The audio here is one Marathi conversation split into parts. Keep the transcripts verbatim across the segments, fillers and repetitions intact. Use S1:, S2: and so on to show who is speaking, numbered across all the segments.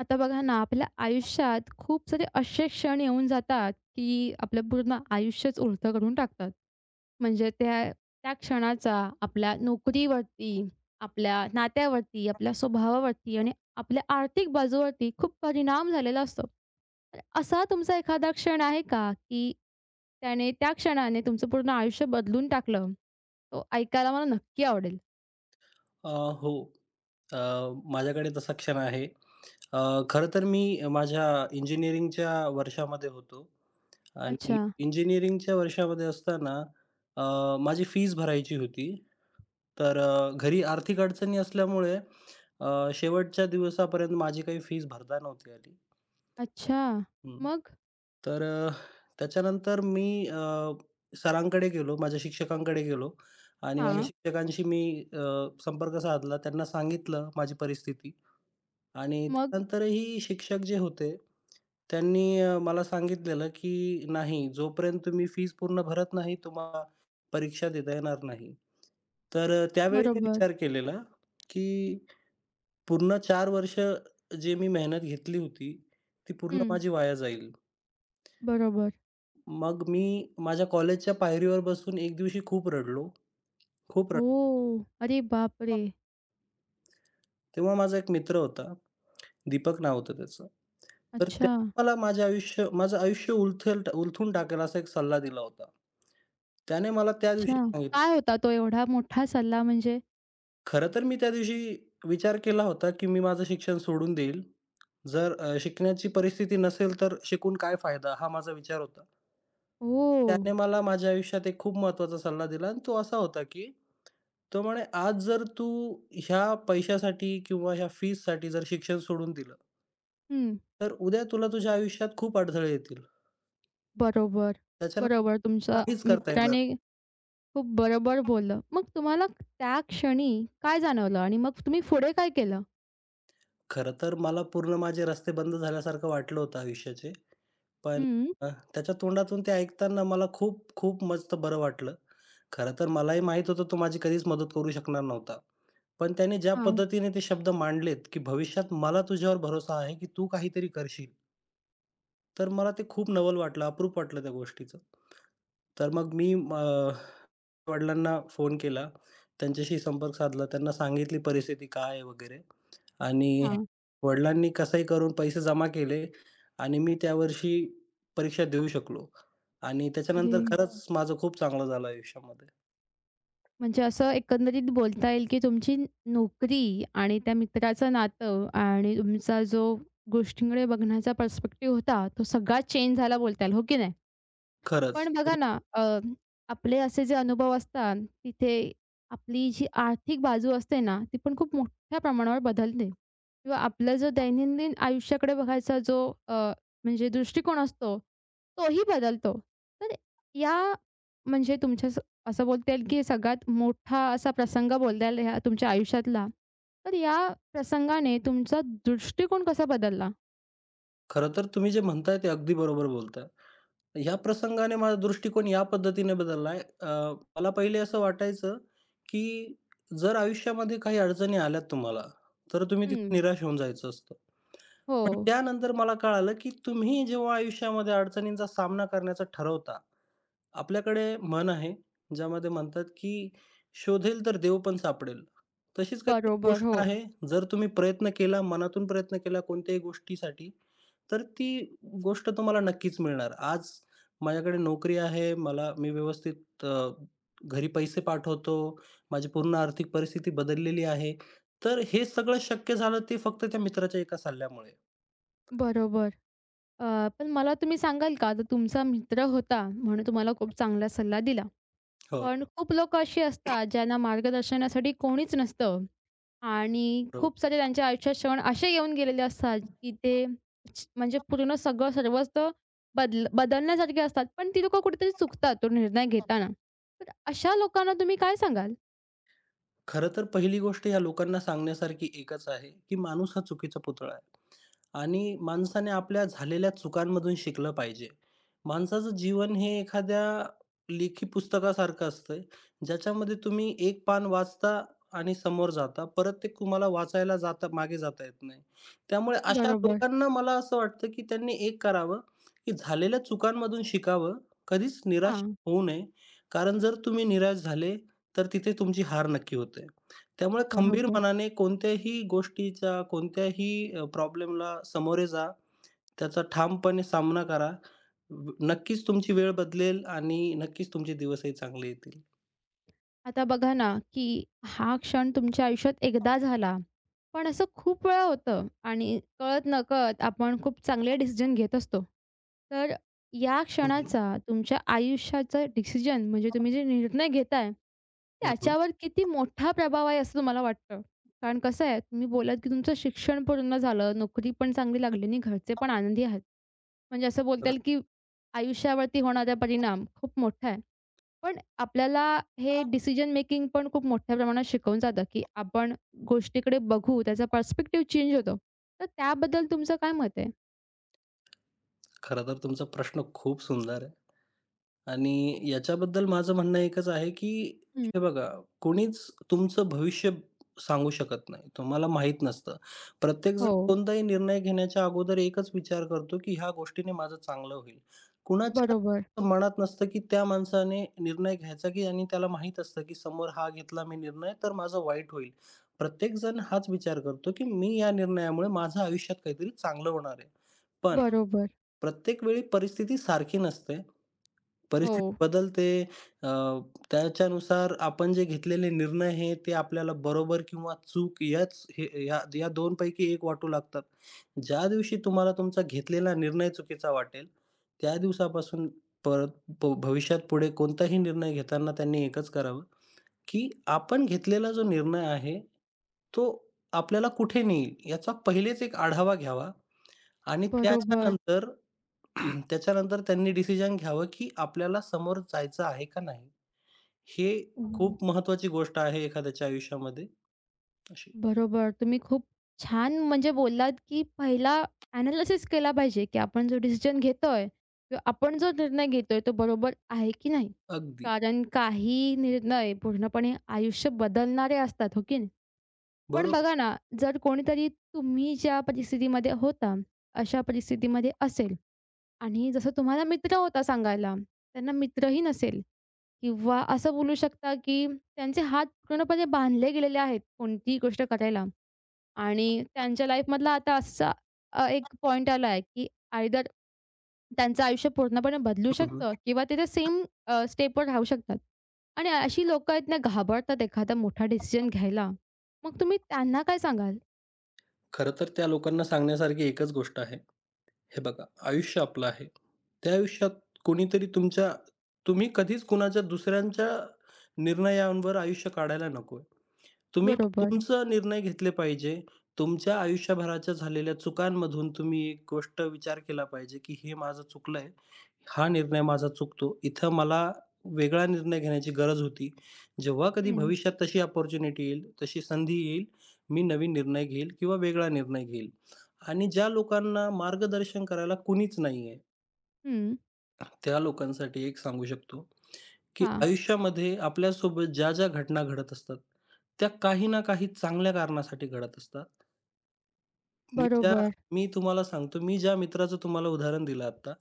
S1: आता बघा ना, आपल्या आयुष्यात खूप सारे असे क्षण येऊन जातात, की आपलं पूर्ण आयुष्यच उलटं करून टाकतात. म्हणजे त्या त्या क्षणाचा आपल्या नोकरीवरती, आपल्या नात्यावरती, आपल्या स्वभावावरती आणि आपल्या आर्थिक बाजूवरती खूप परिणाम झालेला असतो. तर असा तुमचा एखादा क्षण आहे का, की त्याने त्या क्षणाने तुमचं पूर्ण आयुष्य बदलून टाकलं? तो ऐकायला मला नक्की आवडेल.
S2: अ, हो. अ, माझ्याकडे तसा क्षण आहे. अ, खरं तर मी माझ्या इंजिनिअरिंगच्या वर्षामध्ये होतो आणि
S1: अच्छा,
S2: इंजिनिअरिंगच्या वर्षामध्ये असताना अ, माझी फीज भरायची होती. तर अ, घरी आर्थिक अडचणी असल्यामुळे अ, शेवटच्या दिवसापर्यंत माझी काही फीज भरता नव्हती आली.
S1: अच्छा.
S2: हं.
S1: मग?
S2: तर अ, त्याच्यानंतर मी अ, सरांकडे गेलो, माझ्या शिक्षकांकडे गेलो आणि माझ्या हं.
S1: हां.
S2: शिक्षकांशी मी अ, संपर्क साधला. त्यांना सांगितलं माझी परिस्थिती. आणि
S1: मग?
S2: त्यानंतरही शिक्षक जे होते, त्यांनी अ, मला सांगितलेलं, की "नाही, जोपर्यंत तुम्ही फीज पूर्ण भरत नाही, तुम्हाला परीक्षा देता येणार नाही." तर अ, त्यावेळी मी
S1: बरोबर.
S2: विचार केलेला, की पूर्ण चार वर्ष जे मी मेहनत घेतली होती, ती पूर्ण
S1: हं.
S2: माझी वाया जाईल.
S1: बरोबर.
S2: मग मी माझ्या कॉलेजच्या पायरीवर बसून एक दिवशी खूप रडलो. खूप रडलो.
S1: ओह! अरे बापरे!
S2: तेव्हा माझा एक मित्र होता, दीपक नाव होतं त्याचं. तर
S1: अच्छा,
S2: त्याने मला माझे आयुष्य माझं आयुष्य उलथेल उलथून टाकेल असा एक सल्ला दिला होता. त्याने मला त्या
S1: अच्छा.
S2: दिवशी सांगितलं.
S1: काय होता तो एवढा मोठा सल्ला म्हणजे?
S2: खरं तर मी त्या दिवशी विचार केला होता, की मी माझं शिक्षण सोडून देईल. जर अ, शिकण्याची परिस्थिती नसेल तर शिकून काय फायदा? हा माझा विचार होता.
S1: ओह!
S2: त्याने मला माझ्या आयुष्यात एक खूप महत्त्वाचा सल्ला दिला आणि तो असा होता, की तर म्हणे आज जर तू ह्या पैशासाठी किंवा ह्या फीजसाठी जर शिक्षण सोडून दिलं,
S1: हं.
S2: तर उद्या तुला तुझ्या आयुष्यात खूप अडथळे येतील.
S1: बरोबर, बरोबर.
S2: त्याच्यानंतर
S1: तुमच्या
S2: काहीच करता येणार.
S1: मित्राने खूप बरोबर बोललं. मग तुम्हाला त्या क्षणी काय जाणवलं आणि मग तुम्ही पुढे काय केलं?
S2: खरं तर मला पूर्ण माझे रस्ते बंद झाल्यासारखं वाटलं होतं आयुष्याचे. पण
S1: हं.
S2: अ, त्याच्या तोंडातून ते ऐकताना मला खूप, खूप मस्त बरं वाटलं. खरं तर मलाही माहीत होतं तो माझी कधीच मदत करू शकणार नव्हता. पण त्याने ज्या
S1: हां,
S2: पद्धतीने ते शब्द मांडलेत, की भविष्यात मला तुझ्यावर भरोसा आहे, की तू काहीतरी करशील, तर मला ते खूप नवल वाटलं, अप्रूप वाटलं त्या गोष्टीचं. तर मग मी अ, वडिलांना फोन केला. त्यांच्याशी संपर्क साधला. त्यांना सांगितली परिस्थिती काय आहे वगैरे आणि हं.
S1: हां.
S2: वडिलांनी कसंही करून पैसे जमा केले आणि मी त्यावर्षी परीक्षा देऊ शकलो आणि त्याच्यानंतर अच्छा.
S1: अरे!
S2: खरंच माझं खूप चांगलं झालं आयुष्यामध्ये.
S1: म्हणजे असं एकंदरीत बोलता येईल की तुमची नोकरी आणि त्या मित्राचं नातं आणि तुमचा जो गोष्टींकडे बघण्याचा पर्स्पेक्टिव्ह होता, तो सगळा चेंज झाला बोलता येईल, हो की नाही?
S2: खरंच.
S1: पण बघा
S2: तुम्ही
S1: ना, अ, आपले असे जे अनुभव असतात, तिथे आपली जी आर्थिक बाजू असते ना, ती पण खूप मोठ्या प्रमाणावर बदलते किंवा आपला जो दैनंदिन आयुष्याकडे बघायचा जो अ, म्हणजे दृष्टिकोन असतो, तोही बदलतो. तर या म्हणजे तुमच्या स असं बोलता येईल की सगळ्यात मोठा असा प्रसंग बोलता येईल ह्या तुमच्या आयुष्यातला. तर या प्रसंगाने तुमचा दृष्टिकोन कसा बदलला?
S2: खरं तर तुम्ही जे म्हणताय ते अगदी बरोबर बोलताय. ह्या प्रसंगाने माझा दृष्टिकोन या पद्धतीने बदललाय. अ, मला पहिले असं वाटायचं, की जर आयुष्यामध्ये काही अडचणी आल्यात तुम्हाला, तर तुम्ही तिथे
S1: हं.
S2: निराश होऊन जायचं असतं.
S1: हो.
S2: पण त्यानंतर मला कळालं, की तुम्ही जेव्हा आयुष्यामध्ये अडचणींचा सामना करण्याचं ठरवता, आपल्याकडे म्हण आहे, ज्यामध्ये म्हणतात, की "शोधेल तर देव पण सापडेल." तशीच काही एक
S1: बरोबर.
S2: गोष्ट
S1: हो.
S2: आहे, जर तुम्ही प्रयत्न केला, मनातून प्रयत्न केला कोणत्याही गोष्टीसाठी, तर ती गोष्ट तुम्हाला नक्कीच मिळणार. आज माझ्याकडे नोकरी आहे, मला मी व्यवस्थित अ, घरी पैसे पाठवतो, माझी पूर्ण आर्थिक परिस्थिती बदललेली आहे. तर हे सगळं शक्य झालं ते फक्त त्या मित्राच्या एका सल्ल्यामुळे.
S1: बरोबर. अ, पण मला तुम्ही सांगाल का, आता तुमचा मित्र होता म्हणून तुम्हाला खूप चांगला सल्ला दिला.
S2: हो,
S1: पण खूप लोक अशी असतात ज्यांना मार्गदर्शनासाठी कोणीच नसतं आणि
S2: बरोबर.
S1: खूप सारे त्यांच्या आयुष्यात क्षण असे येऊन गेलेले असतात, की ते च- म्हणजे पूर्ण सगळं सर्वच तर बदल बदलण्यासारखे असतात. पण ती लोकं कुठेतरी चुकतात तो निर्णय घेताना. तर अशा लोकांना तुम्ही काय सांगाल?
S2: खरं तर पहिली गोष्ट या लोकांना सांगण्यासारखी एकच आहे, की माणूस हा चुकीचा पुतळा आहे. आणि माणसाने आपल्या झालेल्या चुकांमधून शिकलं पाहिजे. माणसाचं जीवन हे एखाद्या लेखी पुस्तकासारखं असतं, ज्याच्यामध्ये तुम्ही एक पान वाचता आणि समोर जाता. परत ते तुम्हाला वाचायला जाता मागे जाता येत नाही. त्यामुळे अशा
S1: बरोबर.
S2: लोकांना मला असं वाटतं, की त्यांनी एक करावं, की झालेल्या चुकांमधून शिकावं. कधीच निराश
S1: हां,
S2: होऊ नये. कारण जर तुम्ही निराश झाले तर तिथे तुमची हार नक्की होते. त्यामुळे खंबीर
S1: बरोबर.
S2: मनाने कोणत्याही गोष्टीचा, कोणत्याही अ, प्रॉब्लेमला सामोरे जा. त्याचा ठामपणे सामना करा. व नक्कीच तुमची वेळ बदलेल आणि नक्कीच तुमचे दिवसही चांगले येतील.
S1: आता बघा ना, की हा क्षण तुमच्या आयुष्यात एकदा झाला. पण असं खूप वेळा होतं आणि कळत-नकळत आपण खूप चांगले डिसिजन घेत असतो. तर या
S2: हं, हं.
S1: क्षणाचा तुमच्या आयुष्याचं डिसिजन म्हणजे तुम्ही जे निर्णय घेताय, त्याच्यावर किती मोठा प्रभाव आहे असं तुम्हाला वाटतं? कारण कसं आहे, तुम्ही बोललात की तुमचं शिक्षण पूर्ण झालं, नोकरी पण चांगली लागली आणि घरचे पण आनंदी आहेत. म्हणजे असं बोलता
S2: खरं
S1: येईल की आयुष्यावरती होणारा परिणाम खूप मोठा आहे. पण आपल्याला हे डिसिजन मेकिंग पण खूप मोठ्या प्रमाणात शिकवून जातं, की आपण गोष्टीकडे बघू, त्याचा पर्स्पेक्टिव्ह चेंज होतो. तर त्याबद्दल तुमचं काय मत आहे?
S2: खरं तर तुमचा प्रश्न खूप सुंदर आहे. आणि याच्याबद्दल माझं म्हणणं एकच आहे, की
S1: हं.
S2: हे बघा, कोणीच तुमचं भविष्य सांगू शकत नाही. तुम्हाला माहीत नसतं. प्रत्येकजण
S1: हो.
S2: कोणताही निर्णय घेण्याच्या अगोदर एकच विचार करतो, की ह्या गोष्टीने माझं चांगलं होईल.
S1: बरोबर,
S2: कुणाच्या मनात नसतं, की त्या माणसाने निर्णय घ्यायचा, की आणि त्याला माहीत असतं, की समोर हा घेतला मी निर्णय तर माझं वाईट होईल. प्रत्येकजण हाच विचार करतो, की मी या निर्णयामुळे माझ्या आयुष्यात काहीतरी चांगलं होणार आहे. पण
S1: बरोबर.
S2: प्रत्येक वेळी परिस्थिती सारखी नसते.
S1: हो.
S2: परिस्थिती बदलते. अ, त्याच्यानुसार आपण जे घेतलेले निर्णय हे ते आपल्याला बरोबर किंवा चूक याच हे या या दोन एक वाटू लागतात. ज्या दिवशी तुम्हाला तुमचा घेतलेला निर्णय चुकीचा वाटेल, त्या दिवसापासून परत भ भविष्यात पुढे कोणताही निर्णय घेताना त्यांनी एकच करावं, की आपण घेतलेला जो निर्णय आहे, तो आपल्याला कुठे नेईल याचा पहिलेच एक आढावा घ्यावा आणि
S1: बरोबर.
S2: त्याच्यानंतर त्याच्यानंतर त्यांनी डिसिजन घ्यावं, की आपल्याला समोर जायचं आहे का नाही? हे
S1: हं,
S2: खूप महत्त्वाची गोष्ट आहे एखाद्याच्या आयुष्यामध्ये अशी.
S1: बरोबर. तुम्ही खूप छान म्हणजे बोललात, की पहिला एनालिसिस केला पाहिजे, की आपण जो डिसिजन घेतोय किंवा आपण जो निर्णय घेतोय तो बरोबर आहे की नाही?
S2: अगदी.
S1: कारण काही निर्णय पूर्णपणे आयुष्य बदलणारे असतात, हो की नाही? पण
S2: बरोबर.
S1: बघा ना, जर कोणीतरी तुम्ही ज्या परिस्थितीमध्ये होता, अशा परिस्थितीमध्ये असेल आणि जसं तुम्हाला मित्र होता सांगायला, त्यांना मित्रही नसेल किंवा असं बोलू शकता, की त्यांचे हात पूर्णपणे बांधले गेलेले आहेत कोणतीही गोष्ट करायला आणि त्यांच्या लाईफमधला आता असा अ, एक पॉइंट आला आहे, की आयदर त्यांचं आयुष्य पूर्णपणे बदलू
S2: हं, हं.
S1: शकतं किंवा ते त्या सेम स्टेपवर राहू शकतात. आणि अशी लोकं आहेत ना घाबरतात एखादा मोठा डिसिजन घ्यायला. मग तुम्ही त्यांना काय सांगाल?
S2: खरं तर त्या लोकांना सांगण्यासारखी एकच गोष्ट आहे. हे बघा, आयुष्य आपलं आहे. त्या आयुष्यात कोणीतरी तुमच्या तुम्ही कधीच कुणाच्या दुसऱ्यांच्या निर्णयांवर आयुष्य काढायला नकोय. तुम्ही
S1: बरोबर.
S2: तुमचा निर्णय घेतले पाहिजे. तुमच्या आयुष्यभराच्या झालेल्या चुकांमधून तुम्ही एक गोष्ट विचार केला पाहिजे, की हे माझं चुकलंय. हा निर्णय माझा चुकतो. इथं मला वेगळा निर्णय घेण्याची गरज होती. जेव्हा कधी
S1: हं,
S2: भविष्यात तशी अपॉर्च्युनिटी येईल, तशी संधी येईल, मी नवीन निर्णय घेईल किंवा वेगळा निर्णय घेईल. आणि ज्या लोकांना मार्गदर्शन करायला कुणीच नाहीये,
S1: हं.
S2: त्या लोकांसाठी एक सांगू शकतो, की
S1: हां.
S2: आयुष्यामध्ये आपल्यासोबत ज्या ज्या घटना घडत असतात, त्या काही ना काही चांगल्या कारणासाठी घडत असतात. मी ज्या
S1: बरोबर.
S2: मी तुम्हाला सांगतो, मी ज्या मित्राचं तुम्हाला उदाहरण दिलं आत्ता,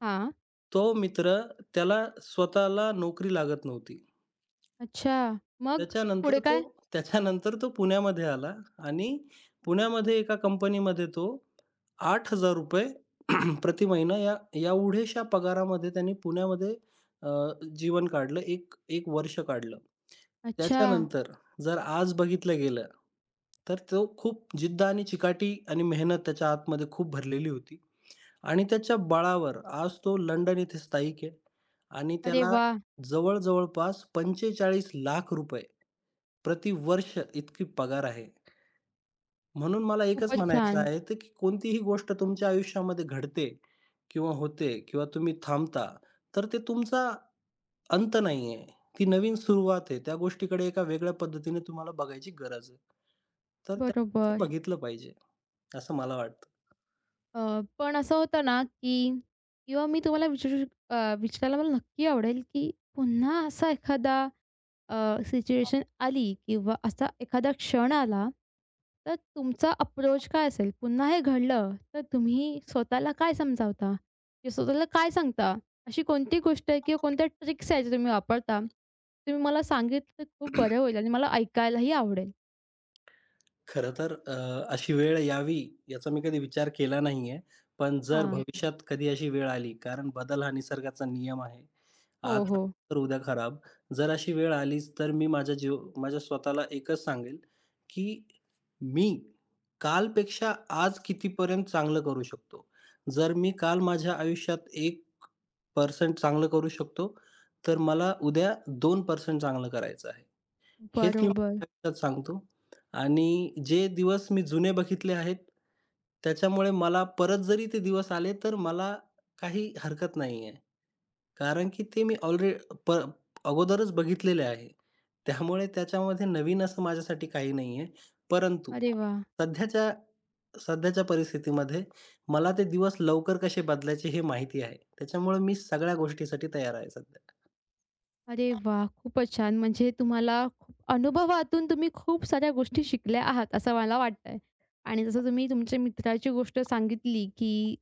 S1: हां.
S2: तो मित्र त्याला स्वतःला नोकरी लागत नव्हती.
S1: अच्छा. मग
S2: त्याच्यानंतर
S1: पुढे
S2: तो
S1: काय?
S2: त्याच्यानंतर तो पुण्यामध्ये आला आणि पुण्यामध्ये एका कंपनीमध्ये तो आठ हजार रुपये प्रति महिना या एवढ्याशा पगारामध्ये त्यांनी पुण्यामध्ये अ, जीवन काढलं. एक 1 वर्ष काढलं. हं.
S1: अच्छा.
S2: त्याच्यानंतर जर आज बघितलं गेलं, तर तो खूप जिद्द आणि चिकाटी आणि मेहनत त्याच्या आतमध्ये खूप भरलेली होती. आणि त्याच्या बळावर आज तो लंडन येथे स्थायिक आहे आणि
S1: अरे
S2: त्याला, हो,
S1: वाह!
S2: जवळ जवळपास पंचेचाळीस लाख प्रतिवर्ष इतकी पगार आहे. म्हणून मला एकच अच्छा.
S1: खूपच
S2: म्हणायचं हम्म.
S1: छान.
S2: आहे, ते की कोणतीही गोष्ट तुमच्या आयुष्यामध्ये घडते किंवा होते किंवा तुम्ही थांबता, तर ते तुमचा अंत नाही ती नवीन सुरुवात आहे. त्या गोष्टीकडे एका वेगळ्या पद्धतीने तुम्हाला बघायची गरज आहे. तर त्या
S1: बरोबर.
S2: बघितलं पाहिजे, असं मला वाटतं.
S1: अ, पण असं होतं ना, की किंवा मी तुम्हाला विचारू शक अ, विचारायला मला नक्की आवडेल, की पुन्हा असा एखादा अ, सिच्युएशन आली किंवा असा एखादा क्षण आला, तर तुमचा अप्रोच काय असेल? पुन्हा हे घडलं, तर तुम्ही स्वतःला काय समजावता? किंवा स्वतःला काय सांगता? अशी कोणती गोष्ट आहे किंवा कोणत्या ट्रिक्स आहेत, ज्या तुम्ही वापरता? तुम्ही मला सांगितलं तर खूप बरं होईल आणि मला ऐकायलाही आवडेल.
S2: खरं तर अ, अशी वेळ यावी याचा मी कधी विचार केला नाहीये. पण जर हं.
S1: हां.
S2: भविष्यात कधी अशी वेळ आली, कारण बदल हा निसर्गाचा नियम आहे. आज
S1: हो, हो.
S2: चांगलं तर उद्या खराब. जर अशी वेळ आलीच तर मी माझ्या जीव माझ्या स्वतःला एकच सांगेल, की मी कालपेक्षा आज कितीपर्यंत चांगलं करू शकतो. जर मी काल माझ्या आयुष्यात एक टक्का चांगलं करू शकतो, तर मला उद्या दोन टक्के चांगलं करायचं आहे. हेच मी
S1: बरोबर.
S2: माझ्या आयुष्यात सांगतो आणि जे दिवस मी जुने बघितले आहेत, त्याच्यामुळे मला परत जरी ते दिवस आले, तर मला काही हरकत नाही आहे. कारण की ते मी ऑलरे प अगोदरच बघितलेले आहे. त्यामुळे त्याच्यामध्ये नवीन असं माझ्यासाठी काही नाही आहे. परंतु
S1: अरे वाह!
S2: सध्याच्या सध्याच्या परिस्थितीमध्ये मला ते दिवस लवकर कसे बदलायचे हे माहिती आहे. त्याच्यामुळे मी सगळ्या गोष्टीसाठी तयार आहे सध्या.
S1: अरे वा खूपच छान. म्हणजे तुम्हाला खूप अनुभवातून तुम्ही खूप साऱ्या गोष्टी शिकल्या आहात, असं मला वाटतंय. आणि जसं तुम्ही तुमच्या मित्राची गोष्ट सांगितली, की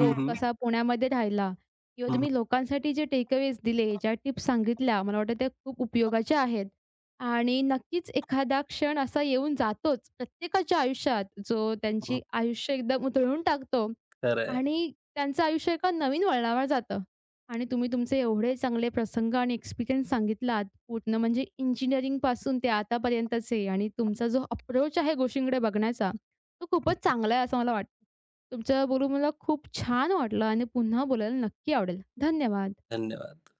S2: हं, हं.
S1: कसा पुण्यामध्ये राहिला किंवा
S2: हं,
S1: तुम्ही लोकांसाठी जे टेकअवेज दिले, ज्या टिप्स सांगितल्या, मला वाटतं त्या खूप उपयोगाच्या आहेत. आणि नक्कीच एखादा क्षण असा येऊन जातोच प्रत्येकाच्या आयुष्यात, जो
S2: हं.
S1: त्यांची आयुष्य एकदम उधळून टाकतो
S2: खरं आहे.
S1: आणि त्यांचं आयुष्य एका नवीन वळणावर जातं. आणि तुम्ही तुमचे एवढे चांगले प्रसंग आणि एक्सपिरियन्स सांगितलात, पूर्ण म्हणजे इंजिनिअरिंगपासून ते आतापर्यंतचे आणि तुमचा जो अप्रोच आहे गोष्टींकडे बघण्याचा, तो खूपच
S2: हं,
S1: चांगला आहे असं मला वाटतं. तुमच्या बोलून मला खूप छान वाटलं आणि पुन्हा बोलायला नक्की आवडेल. धन्यवाद.
S2: धन्यवाद.